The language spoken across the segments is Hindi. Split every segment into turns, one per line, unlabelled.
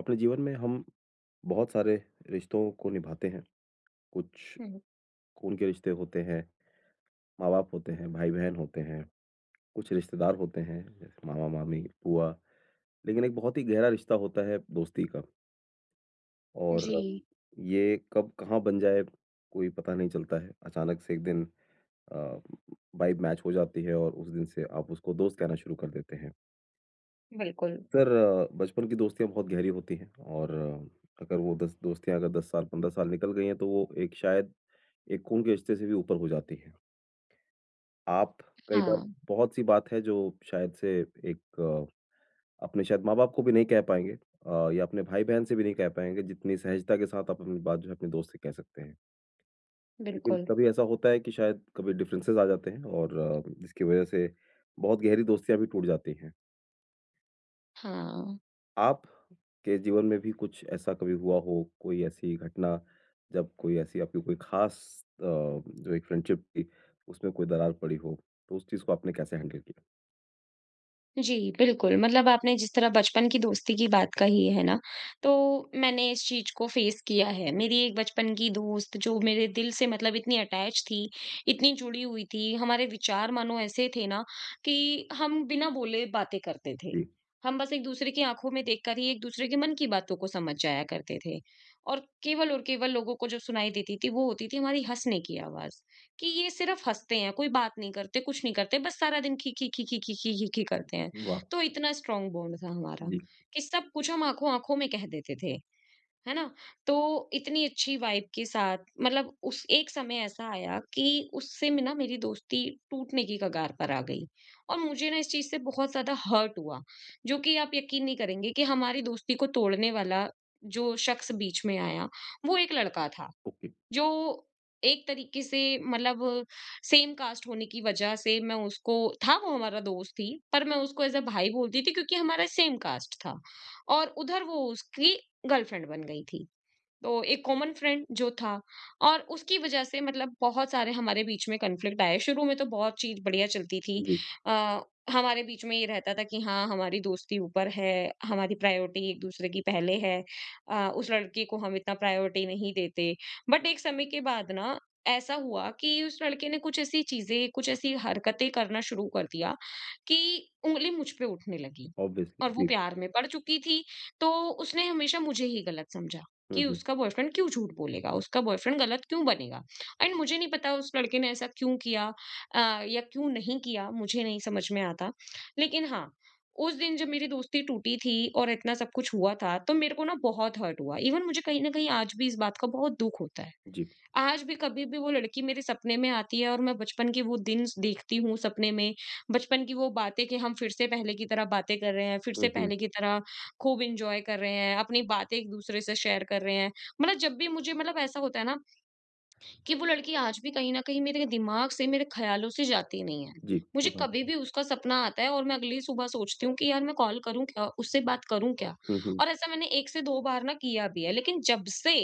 अपने जीवन में हम बहुत सारे रिश्तों को निभाते हैं। कुछ
हुँ,
खून के रिश्ते होते हैं, माँ-बाप होते हैं, भाई-बहन होते हैं, कुछ रिश्तेदार होते हैं जैसे मामा-मामी, फूआ। लेकिन एक बहुत ही गहरा रिश्ता होता है दोस्ती का और
जी,
ये कब कहाँ बन जाए कोई पता नहीं चलता है। अचानक से एक दिन अ, वाइब मैच हो जाती है और उस दिन से आप उसको दोस्त कहना शुरू कर देते हैं।
बिल्कुल।
अक्सर बचपन की दोस्तियाँ बहुत गहरी होती हैं और अगर वो दस दोस्तियाँ अगर 10 साल, 15 साल निकल गई हैं तो वो एक शायद एक खून के रिश्ते से भी ऊपर हो जाती है। आप कई बार
हाँ,
बहुत-सी बात है जो शायद से एक अपने शायद माँ-बाप को भी नहीं कह पाएँगे या अपने भाई-बहन से भी नहीं कह पाएँगे, जितनी सहजता के साथ आप अपनी बात जो है अपने दोस्त से कह सकते हैं। लेकिन
बिल्कुल,
कभी ऐसा होता है कि शायद कभी डिफरेंसेस आ जाते हैं और जिसकी वजह से बहुत गहरी दोस्तियाँ भी टूट जाती हैं।
हाँ।
आप के जीवन में भी कुछ ऐसा कभी हुआ हो, कोई ऐसी घटना जब कोई ऐसी आपकी कोई खास जो एक फ्रेंडशिप थी, उसमें कोई दरार पड़ी हो, तो उस चीज़ को आपने कैसे हैंडल किया?
जी, बिल्कुल, मतलब आपने जिस तरह बचपन की दोस्ती की बात कही है ना, तो मैंने इस चीज़ को फ़ेस किया है। मेरी एक बचपन की दोस्त जो मेरे दिल से मतलब इतनी अटैच थी, इतनी जुड़ी हुई थी, हमारे विचार मानो ऐसे थे ना कि हम बिना बोले बातें करते थे।
जी,
हम बस एक-दूसरे की आँखों में देखकर ही एक-दूसरे के मन की बातों को समझ जाया करते थे और केवल लोगों को जो सुनाई देती थी, वो होती थी हमारी हँसने की आवाज़। कि ये सिर्फ हँसते हैं, कोई बात नहीं करते, कुछ नहीं करते, बस सारा दिन खी, खी, खी, खी, खी, खी, खी, खी करते हैं।
वाह!
तो इतना स्ट्रॉन्ग बॉन्ड था हमारा
जी,
कि सब कुछ हम आँखों-आँखों में कह देते थे, है ना? तो इतनी अच्छी वाइब के साथ मतलब उस एक समय ऐसा आया कि उससे में ना मेरी दोस्ती टूटने की कगार पर आ गई, और मुझे ना इस चीज़ से बहुत ज़्यादा हर्ट हुआ, जो कि आप यकीन नहीं करेंगे कि हमारी दोस्ती को तोड़ने वाला जो शख्स बीच में आया, वो एक लड़का था।
ओके,
जो एक तरीके से मतलब सेम कास्ट होने की वजह से मैं उसको, था वो हमारा दोस्त ही पर मैं उसको एज अ भाई बोलती थी क्योंकि हमारा सेम कास्ट था, और उधर वो उसकी गर्लफ्रेंड बन गई थी, तो एक कॉमन फ्रेंड जो था और उसकी वजह से मतलब बहुत सारे हमारे बीच में कॉन्फ्लिक्ट आए। शुरू में तो बहुत चीज़ बढ़िया चलती थी।
जी,
अ, हमारे बीच में ये रहता था कि हाँ, हमारी दोस्ती ऊपर है, हमारी प्रायोरिटी एक-दूसरे की पहले है। उस लड़के को हम इतना प्रायोरिटी नहीं देते। बट एक समय के बाद ना ऐसा हुआ कि उस लड़के ने कुछ ऐसी चीज़ें, कुछ ऐसी हरकतें करना शुरू कर दिया कि उँगली मुझ पे उठने लगी,
ऑब्वियसली,
और वो
जी,
प्यार में पड़ चुकी थी। तो उसने हमेशा मुझे ही गलत समझा।
हुँ,
कि
हुँ,
उसका बॉयफ्रेंड क्यों झूठ बोलेगा, उसका बॉयफ्रेंड गलत क्यों बनेगा? एंड मुझे नहीं पता उस लड़के ने ऐसा क्यों किया अ, या क्यों नहीं किया, मुझे नहीं समझ में आता। लेकिन हाँ, उस दिन जब मेरी दोस्ती टूटी थी और इतना सब कुछ हुआ था, तो मेरे को ना बहुत हर्ट हुआ। इवन मुझे कहीं न कहीं आज भी इस बात का बहुत दुःख होता है।
जी,
आज भी कभी भी वो लड़की मेरे सपने में आती है और मैं बचपन के वो दिन देखती हूँ सपने में, बचपन की वो बातें कि हम फिर से पहले की तरह बातें कर रहे हैं, फिर
हुँ,
से
हुँ,
पहले की तरह खूब एन्जॉय कर रहे हैं, अपनी बातें एक-दूसरे से शेयर कर रहे हैं। मतलब जब भी मुझे मतलब ऐसा होता है ना कि वो लड़की आज भी कहीं न कहीं मेरे दिमाग से, मेरे ख़्यालों से जाती नहीं है।
जी,
मुझे
प्रभावित
कभी
हुई।
भी उसका सपना आता है और मैं अगली सुबह सोचती हूँ कि यार मैं कॉल करूँ क्या? उससे बात करूँ क्या?
हुँ, हुँ,
और ऐसा मैंने 1 से 2 बार ना किया भी है। लेकिन जब से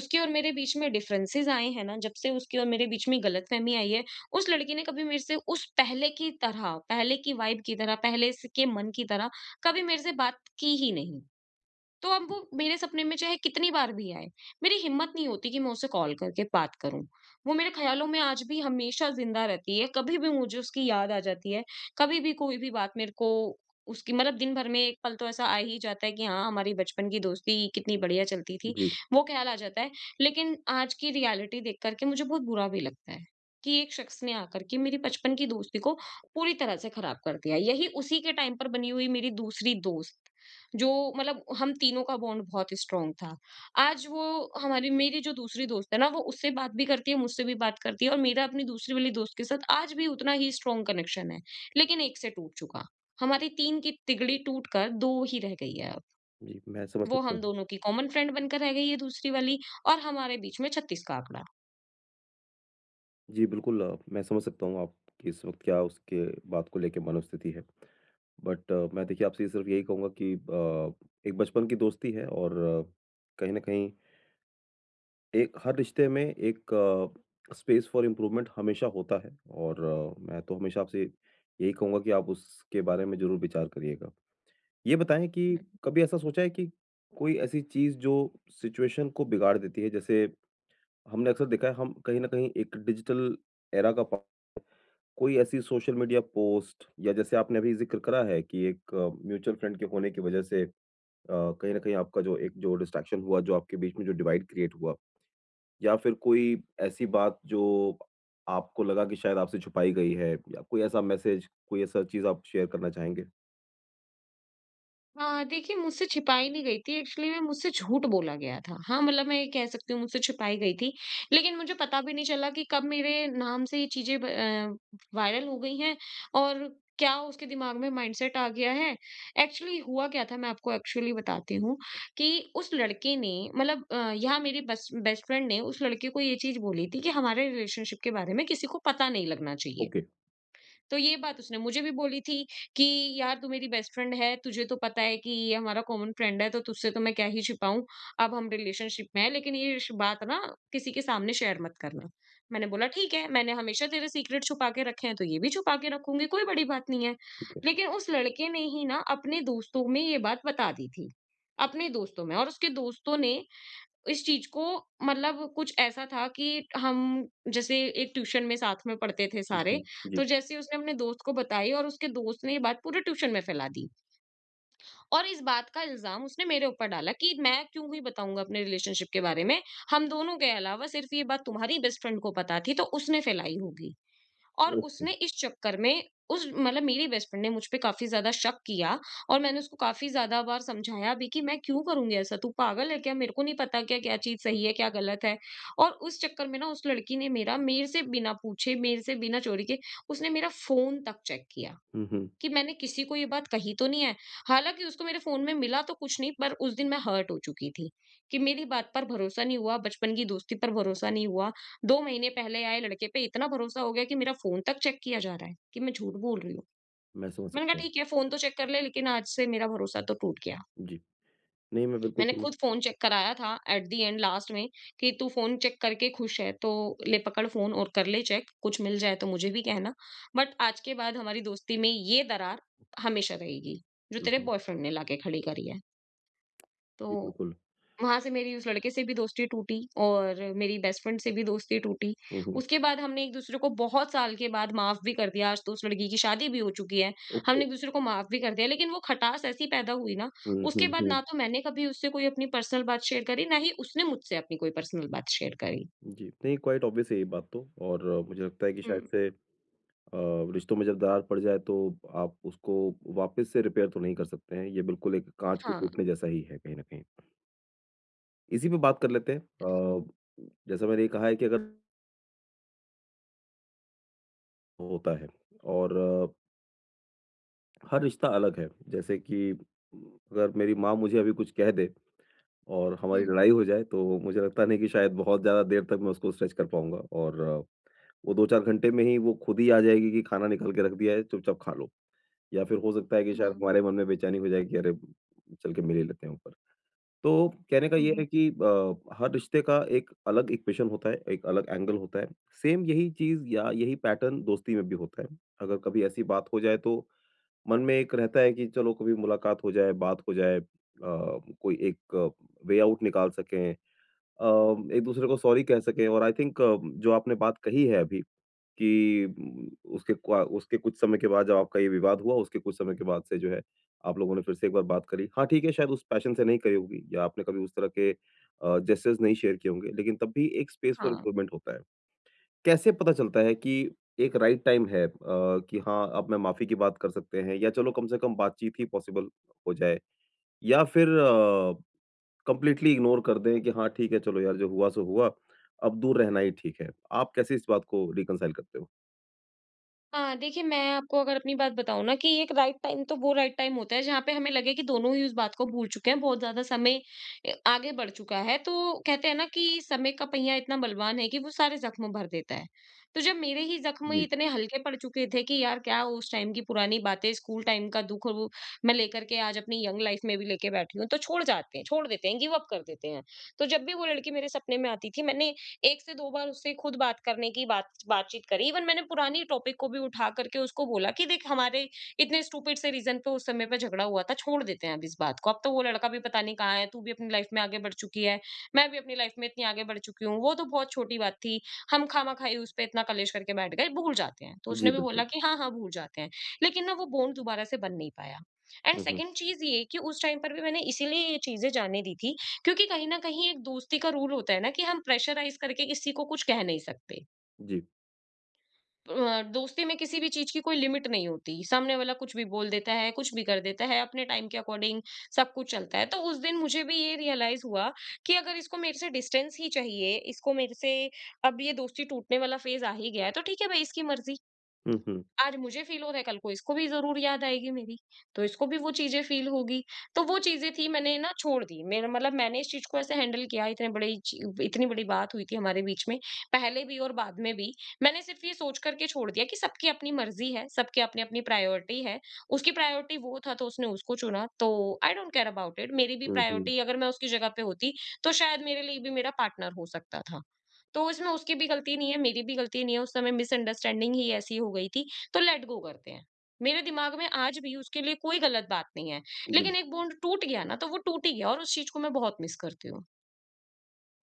उसके और मेरे बीच में डिफरेंसेज़ आए हैं ना, जब से उसके और मेरे बीच में गलतफ़हमी आई है, उस लड़की ने कभी मेरे से उस पहले की तरह, पहले की वाइब की तरह, पहले स के मन की तरह कभी मेरे से बात की ही नहीं। तो अब वो मेरे सपने में चाहे कितनी बार भी आए, मेरी हिम्मत नहीं होती कि मैं उसे कॉल करके बात करूँ। वो मेरे ख़्यालों में आज भी हमेशा ज़िंदा रहती है, कभी भी मुझे उसकी याद आ जाती है, कभी भी कोई भी बात मेरे को उसकी, मतलब दिन भर में 1 पल तो ऐसा आ ही जाता है कि हाँ, हमारी बचपन की दोस्ती कितनी बढ़िया चलती थी,
जी,
वो ख़्याल आ जाता है। लेकिन आज की रियलिटी देख कर के मुझे बहुत बुरा भी लगता है कि एक शख़्स ने आकर के मेरी बचपन की दोस्ती को पूरी तरह से ख़राब कर दिया। यही उसी के टाइम पर बनी हुई मेरी दूसरी दोस्त जो, मतलब हम तीनों का बॉन्ड बहुत स्ट्रांग था। आज वो, हमारी मेरी जो दूसरी दोस्त है ना, वो उससे बात भी करती है, मुझसे भी बात करती है, और मेरा अपनी दूसरी वाली दोस्त के साथ आज भी उतना ही स्ट्रांग कनेक्शन है, लेकिन एक से टूट चुका। हमारी 3 की तिगड़ी टूट कर 2 ही रह गई है अब।
जी, मैं समझ
वो
सकता
हम
हूँ।
दोनों की कॉमन फ्रेंड बनकर रह गई है दूसरी वाली, और हमारे बीच में 36 का आंकड़ा।
जी, बिल्कुल, मैं समझ सकता हूँ आपकी इस वक़्त क्या उसके बात को लेके मनोस्थिति है। बट मैं देखिए आपसे सिर्फ यही कहूँगा कि एक बचपन की दोस्ती है और कहीं न कहीं एक हर रिश्ते में एक स्पेस फॉर इम्प्रूवमेंट हमेशा होता है और मैं तो हमेशा आपसे यही कहूँगा कि आप उसके बारे में ज़रूर विचार करिएगा। ये बताएँ कि कभी ऐसा सोचा है कि कोई ऐसी चीज़ जो सिचुएशन को बिगाड़ देती है? जैसे हमने अक्सर देखा है हम कहीं न कहीं एक डिजिटल एरा का पा कोई ऐसी सोशल मीडिया पोस्ट या जैसे आपने अभी ज़िक्र करा है कि एक म्यूचुअल फ्रेंड के होने की वजह से अ, कहीं न कहीं आपका जो एक जो डिस्ट्रैक्शन हुआ, जो आपके बीच में जो डिवाइड क्रिएट हुआ या फिर कोई ऐसी बात जो आपको लगा कि शायद आपसे छुपाई गई है या कोई ऐसा मैसेज, कोई ऐसा चीज़ आप शेयर करना चाहेंगे?
हाँ, देखिए मुझसे छिपाई नहीं गई थी, एक्चुअली में मुझसे झूठ बोला गया था। हाँ, मतलब मैं ये कह सकती हूँ मुझसे छिपाई गई थी। लेकिन मुझे पता भी नहीं चला कि कब मेरे नाम से ये चीज़ें वायरल हो गई हैं और क्या उसके दिमाग में माइंडसेट आ गया है। एक्चुअली हुआ क्या था, मैं आपको एक्चुअली बताती हूँ, कि उस लड़के ने मतलब यहाँ मेरी बस बेस्ट फ्रेंड ने उस लड़के को ये चीज़ बोली थी कि हमारे रिलेशनशिप के बारे में किसी को पता नहीं लगना चाहिए।
ओके,
तो ये बात उसने मुझे भी बोली थी कि यार, तू मेरी बेस्ट फ्रेंड है, तुझे तो पता है कि ये हमारा कॉमन फ्रेंड है, तो तुझसे तो मैं क्या ही छिपाऊँ, अब हम रिलेशनशिप में हैं, लेकिन ये श बात ना किसी के सामने शेयर मत करना। मैंने बोला ठीक है, मैंने हमेशा तेरे सीक्रेट छुपा के रखे हैं, तो ये भी छुपा के रखूँगी, कोई बड़ी बात नहीं है।
ठीक है।
लेकिन उस लड़के ने ही ना अपने दोस्तों में ये बात बता दी थी, अपने दोस्तों में, और उसके दोस्तों ने इस चीज को, मतलब कुछ ऐसा था कि हम, जैसे एक ट्यूशन में साथ में पढ़ते थे सारे,
जी, जी,
तो जैसे ही उसने अपने दोस्त को बताई, और उसके दोस्त ने ये बात पूरे ट्यूशन में फैला दी। और इस बात का इल्ज़ाम उसने मेरे ऊपर डाला कि मैं क्यों ही बताऊँगा अपने रिलेशनशिप के बारे में, हम दोनों के अलावा सिर्फ़ ये बात तुम्हारी बेस्ट फ्रेंड को पता थी, तो उसने फैलाई होगी। और
ओके।
उसने इस चक्कर में, उस मतलब मेरी बेस्ट फ्रेंड ने मुझ पे काफ़ी ज़्यादा शक किया, और मैंने उसको काफ़ी ज़्यादा बार समझाया भी कि मैं क्यों करूँगी ऐसा? तू पागल है क्या? मेरे को नहीं पता क्या, क्या चीज़ सही है, क्या गलत है? और उस चक्कर में ना उस लड़की ने मेरा, मेरे से बिना पूछे, मेरे से बिना चोरी किए, उसने मेरा फ़ोन तक चेक किया।
हुँ, हुँ।
कि मैंने किसी को ये बात कही तो नहीं है। हालाँकि उसको मेरे फ़ोन में मिला तो कुछ नहीं, पर उस दिन मैं हर्ट हो चुकी थी, कि मेरी बात पर भरोसा नहीं हुआ, बचपन की दोस्ती पर भरोसा नहीं हुआ। 2 महीने पहले आए लड़के पे इतना भरोसा हो गया कि मेरा फ़ोन तक चेक किया जा रहा है, कि मैं झूठ बोल रही हूँ।
मैं समझ
मैंने कहा
सकता हूँ।
ठीक है, फ़ोन तो चेक कर ले, लेकिन आज से मेरा भरोसा तो टूट गया।
जी। नहीं, मैं बिल्कुल
मैंने
समझ
खुद
सकता हूँ।
फ़ोन चेक कराया था एट द एंड, लास्ट में, कि तू फ़ोन चेक करके खुश है, तो ले पकड़ फ़ोन और कर ले चेक, कुछ मिल जाए तो मुझे भी कहना। बट आज के बाद हमारी दोस्ती में ये दरार हमेशा रहेगी, जो
हुँ,
तेरे
हुँ।
बॉयफ्रेंड ने लाके खड़ी करी है। तो
जी, बिल्कुल।
वहाँ से मेरी उस लड़के से भी दोस्ती टूटी, और मेरी बेस्ट फ्रेंड से भी दोस्ती टूटी।
हुँ, हुँ।
उसके बाद हमने एक-दूसरे को बहुत साल के बाद माफ़ भी कर दिया। आज तो उस लड़की की शादी भी हो चुकी है।
ओके।
हमने एक-दूसरे को माफ़ भी कर दिया, लेकिन वो खटास ऐसी पैदा हुई ना,
हुँ,
उसके
हुँ,
बाद
हुँ।
ना तो मैंने कभी उससे कोई अपनी पर्सनल बात शेयर करी, ना ही उसने मुझसे अपनी कोई पर्सनल बात शेयर करी।
जी, नहीं क्वाइट ऑब्वियस है ये बात तो और मुझे लगता है कि शायद
हुँ,
से रिश्तों में जब दरार पड़ जाए तो आप उसको वापस से रिपेयर तो नहीं कर सकते हैं। ये बिल्कुल एक काँच के
हाँ।
टूटने जैसा ही है कहीं न कहीं। इसी पे बात कर लेते हैं। जैसा मैंने ये कहा है कि अगर होता है और हर रिश्ता अलग है। जैसे कि अगर मेरी माँ मुझे अभी कुछ कह दे और हमारी
हुँ,
लड़ाई हो जाए तो मुझे लगता नहीं कि शायद बहुत ज़्यादा देर तक मैं उसको स्ट्रेच कर पाऊँगा और वो 2-4 घंटे में ही वो खुद ही आ जाएगी कि खाना निकाल के रख दिया है, चुपचाप खा लो। या फिर हो सकता है कि शायद
हाँ।
हमारे मन में बेचैनी हो जाए कि अरे! चल के मिल ही लेते हैं ऊपर। तो कहने का
हुँ,
ये है
हुँ।
कि हर रिश्ते का एक अलग इक्वेशन होता है, एक अलग एंगल होता है। सेम यही चीज़ या यही पैटर्न दोस्ती में भी होता है। अगर कभी ऐसी बात हो जाए तो मन में एक रहता है कि चलो कभी मुलाकात हो जाए, बात हो जाए, कोई एक वे आउट निकाल सकें, अ, एक-दूसरे को सॉरी कह सकें और आई थिंक जो आपने बात कही है अभी कि उसके कुछ समय के बाद जब आपका ये विवाद हुआ, उसके कुछ समय के बाद से जो है, आप लोगों ने फिर से एक बार बात करी। हाँ, ठीक है, शायद उस पैशन से नहीं करी होगी या आपने कभी उस तरह के जेस्चर्स नहीं शेयर किए होंगे, लेकिन तब भी एक स्पेस फॉर
हाँ।
इम्प्रूवमेंट होता है। कैसे पता चलता है कि एक राइट टाइम है कि हाँ, अब मैं माफ़ी की बात कर सकते हैं या चलो कम से कम बातचीत ही पॉसिबल हो जाए या फिर कंप्लीटली इग्नोर कर दें कि हाँ, ठीक है, चलो यार, जो हुआ सो हुआ, अब दूर रहना ही ठीक है। आप कैसे इस बात को रिकंसाइल करते हो?
हाँ, देखिए, मैं आपको अगर अपनी बात बताऊँ ना, कि एक राइट टाइम, तो वो राइट टाइम होता है जहाँ पे हमें लगे कि दोनों ही उस बात को भूल चुके हैं, बहुत ज़्यादा समय आगे बढ़ चुका है। तो कहते हैं ना कि समय का पहिया इतना बलवान है कि वो सारे ज़ख्म भर देता है। तो जब मेरे ही ज़ख्म
जी।
इतने हल्के पड़ चुके थे कि यार, क्या उस टाइम की पुरानी बातें, स्कूल टाइम का दुःख वो मैं लेकर के आज अपनी यंग लाइफ में भी लेके बैठी हूँ, तो छोड़ देते हैं, गिव अप कर देते हैं। तो जब भी वो लड़की मेरे सपने में आती थी, मैंने 1 से 2 बार उससे खुद बात करने की बातचीत करी। इवन मैंने पुरानी टॉपिक को भी उठा करके उसको बोला कि देख, हमारे इतने स्टूपिड से रीजन पे उस समय पे झगड़ा हुआ था, छोड़ देते हैं अब इस बात को। अब तो वो लड़का भी पता नहीं कहाँ है, तू भी अपनी लाइफ में आगे बढ़ चुकी है, मैं भी अपनी लाइफ में इतनी आगे बढ़ चुकी हूँ। वो तो बहुत छोटी बात थी, हम खामा-खाई उस पे इतना कलेश करके बैठ गए, भूल जाते हैं। तो
जी,
उसने भी
बिल्कुल।
बोला कि हाँ, हाँ, भूल जाते हैं। लेकिन ना वो बॉन्ड दोबारा से बन नहीं पाया। And
hmm, hmm.
2nd चीज़ ये कि उस टाइम पर भी मैंने इसीलिए ये चीज़ें जाने दी थी, क्योंकि कहीं न कहीं एक दोस्ती का रूल होता है ना कि हम प्रेशराइज़ करके किसी को कुछ कह नहीं सकते।
जी।
दोस्ती में किसी भी चीज़ की कोई लिमिट नहीं होती। सामने वाला कुछ भी बोल देता है, कुछ भी कर देता है, अपने टाइम के अकॉर्डिंग सब कुछ चलता है। तो उस दिन मुझे भी ये रियलाइज़ हुआ कि अगर इसको मेरे से डिस्टेंस ही चाहिए, इसको मेरे से अब ये दोस्ती टूटने वाला फ़ेज़ आ ही गया है, तो ठीक है भाई, इसकी मर्ज़ी।
हुँ, हुँ।
आज मुझे फ़ील हो रहा है, कल को इसको भी ज़रूर याद आएगी मेरी, तो इसको भी वो चीज़ें फ़ील होगी। तो वो चीज़ें थी मैंने ना छोड़ दी। मेरा मतलब, मैंने इस चीज़ को ऐसे हैंडल किया। इतने बड़ी ची इतनी बड़ी बात हुई थी हमारे बीच में, पहले भी और बाद में भी। मैंने सिर्फ़ ये सोच कर के छोड़ दिया कि सबकी अपनी मर्ज़ी है, सबकी अपनी-अपनी प्रायोरिटी है। उसकी प्रायोरिटी वो था, तो उसने उसको चुना, तो I don't care about it. मेरी भी
हुँ, हुँ।
प्रायोरिटी, अगर मैं उसकी जगह पे होती, तो शायद मेरे लिए भी मेरा पार्टनर हो सकता था। तो इसमें उसकी भी गलती नहीं है, मेरी भी गलती नहीं है। उस समय मिसअंडरस्टैंडिंग ही ऐसी हो गई थी, तो लेट गो करते हैं। मेरे दिमाग में आज भी उसके लिए कोई गलत बात नहीं है।
जी।
लेकिन एक बॉन्ड टूट गया ना, तो वो टूट ही गया, और उस चीज़ को मैं बहुत मिस करती हूँ।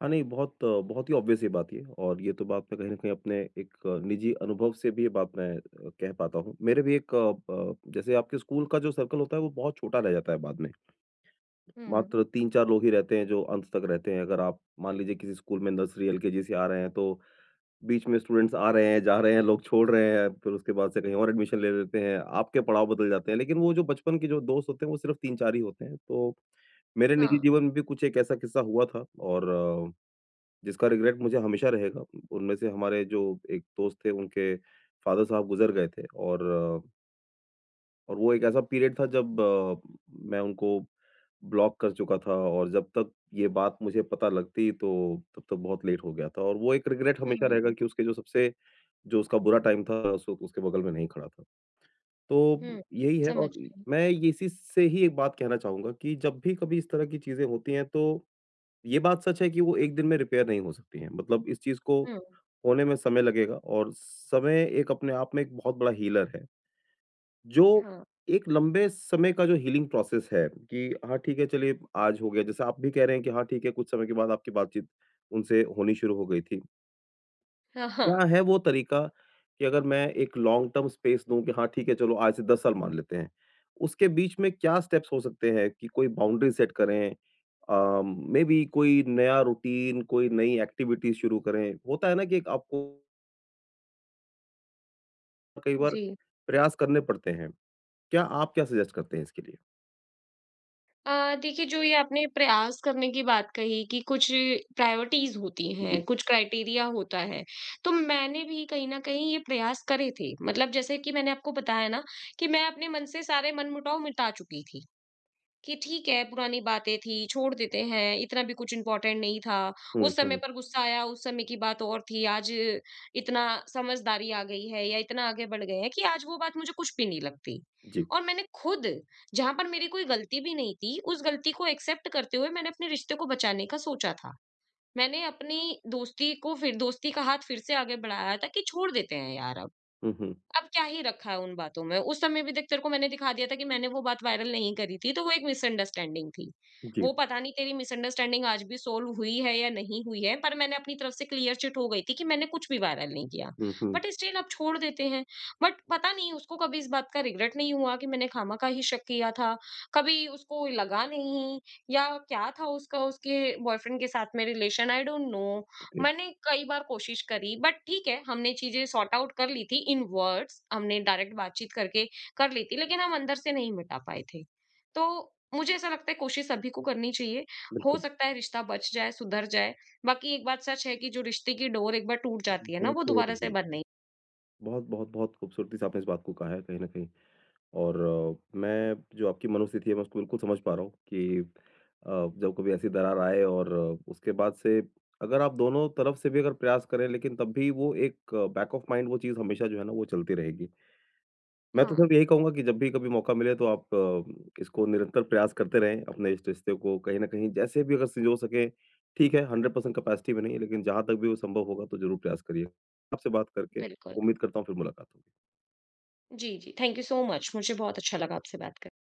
हाँ, नहीं बहुत ही ऑब्वियस ये बात ये और ये तो बात मैं कहीं न कहीं अपने एक निजी अनुभव से भी ये बात मैं कह पाता हूँ। मेरे भी एक जैसे आपके स्कूल का जो सर्कल होता है वो बहुत छोटा रह जाता है बाद में।
हुँ,
मात्र 3-4 लोग ही रहते हैं जो अंत तक रहते हैं। अगर आप मान लीजिए किसी स्कूल में नर्सरी, एलकेजी से आ रहे हैं तो बीच में स्टूडेंट्स आ रहे हैं, जा रहे हैं, लोग छोड़ रहे हैं, फिर उसके बाद से कहीं और एडमिशन ले लेते हैं, आपके पड़ाव बदल जाते हैं। लेकिन वो जो बचपन के जो दोस्त होते हैं वो सिर्फ़ 3-4 ही होते हैं। तो मेरे निजी
हाँ।
जीवन में भी कुछ एक ऐसा किस्सा हुआ था और जिसका रिग्रेट मुझे हमेशा रहेगा। उनमें से हमारे जो एक दोस्त थे उनके फ़ादर साहब गुज़र गए थे और और वो एक ऐसा पीरियड था जब मैं उनको ब्लॉक कर चुका था और जब तक ये बात मुझे पता लगती तो तब तक बहुत लेट हो गया था और वो एक रिग्रेट हमेशा रहेगा
हुँ,
कि उसके जो सबसे जो उसका बुरा टाइम था उस वक़्त उसके बगल में नहीं खड़ा था। तो
हुँ,
यही है
समझ
और
गई।
मैं ये इसी से ही एक बात कहना चाहूँगा कि जब भी कभी इस तरह की चीज़ें होती हैं तो ये बात सच है कि वो एक दिन में रिपेयर नहीं हो सकती है। मतलब इस चीज़ को
हुँ,
होने में समय लगेगा और समय एक अपने आप में एक बहुत बड़ा हीलर है, जो
हाँ।
एक लंबे समय का जो हीलिंग प्रोसेस है कि हाँ, ठीक है चलिए आज हो गया। जैसे आप भी कह रहे हैं कि हाँ, ठीक है कुछ समय के बाद आपकी बातचीत उनसे होनी शुरू हो गई थी।
हाँ,
क्या
हाँ,
है वो तरीका कि अगर मैं एक लॉन्ग टर्म स्पेस दूँ कि हाँ ठीक है चलो आज से 10 साल मान लेते हैं। उसके बीच में क्या स्टेप्स हो सकते हैं कि कोई बाउंड्री सेट करें मेबी कोई नया रूटीन, कोई नई एक्टिविटी शुरू करें। होता है ना कि एक आपको कई बार
जी।
प्रयास करने पड़ते हैं। क्या आप क्या सजेस्ट करते हैं इसके लिए?
देखिए, जो ये आपने प्रयास करने की बात कही कि कुछ प्रायोरिटीज़ होती
जी।
हैं, कुछ क्राइटेरिया होता है। तो मैंने भी कहीं न कहीं ये प्रयास करे थे। मतलब जैसे कि मैंने आपको बताया ना कि मैं अपने मन से सारे मनमुटाव मिटा चुकी थी। कि ठीक है, पुरानी बातें थी, छोड़ देते हैं, इतना भी कुछ इम्पोर्टेंट नहीं था।
हुँ,
उस समय
हुँ।
पर गुस्सा आया, उस समय की बात और थी, आज इतना समझदारी आ गई है या इतना आगे बढ़ गए हैं कि आज वो बात मुझे कुछ भी नहीं लगती।
जी।
और मैंने खुद जहाँ पर मेरी कोई गलती भी नहीं थी, उस गलती को एक्सेप्ट करते हुए मैंने अपने रिश्ते को बचाने का सोचा था। मैंने अपनी दोस्ती को फिर, दोस्ती का हाथ फिर से आगे बढ़ाया था कि छोड़ देते हैं यार अब।
हुँ, हुँ।
अब क्या ही रखा है उन बातों में? उस समय भी देख, तेरे को मैंने दिखा दिया था कि मैंने वो बात वायरल नहीं करी थी, तो वो एक मिसअंडरस्टैंडिंग थी।
जी।
वो पता नहीं तेरी मिसअंडरस्टैंडिंग आज भी सोल्व हुई है या नहीं हुई है, पर मैंने अपनी तरफ से क्लियर चिट हो गई थी कि मैंने कुछ भी वायरल नहीं किया।
हुँ, हुँ।
बट स्टिल अब छोड़ देते हैं। बट पता नहीं उसको कभी इस बात का रिग्रेट नहीं हुआ कि मैंने खामखा ही शक किया था। कभी उसको लगा नहीं, या क्या था उसका उसके बॉयफ्रेंड के साथ में relation, I don't know.
Okay,
मैंने कई बार कोशिश करी, बट ठीक है, हमने चीजें सॉर्ट आउट कर ली थी। इन वर्ड्स हमने डायरेक्ट बातचीत करके कर ली थी, लेकिन हम अंदर से नहीं मिटा पाए थे। तो मुझे ऐसा लगता है कोशिश सभी को करनी चाहिए। हो
बिल्कुल।
सकता है रिश्ता बच जाए, सुधर जाए। बाकी एक बात सच है कि जो रिश्ते की डोर एक बार टूट जाती है ना,
वो
वो
तो
दोबारा
नहीं
से बंद
होती है।
नहीं।
बहुत बहुत बहुत खूबसूरती से आपने इस बात को कहा है कहीं न कहीं। और मैं जो आपकी मनोस्थिति है मैं उसको बिल्कुल समझ पा रहा हूँ कि जब कभी ऐसी दरार आए और उसके बाद से अगर आप दोनों तरफ से भी अगर प्रयास करें लेकिन तब भी वो एक बैक ऑफ माइंड वो चीज़ हमेशा जो है ना वो चलती रहेगी। मैं तो सिर्फ
हाँ।
यही कहूँगा कि जब भी कभी मौका मिले तो आप इसको निरंतर प्रयास करते रहें अपने इस रिश्ते को कहीं न कहीं जैसे भी अगर संजो सकें, ठीक है 100% कैपेसिटी में नहीं लेकिन जहाँ तक भी वो संभव होगा तो ज़रूर प्रयास करिए। आपसे बात करके
बिल्कुल।
उम्मीद करता हूँ फिर मुलाकात हो।
जी जी, थैंक यू सो मच, मुझे बहुत अच्छा लगा आपसे बात करके।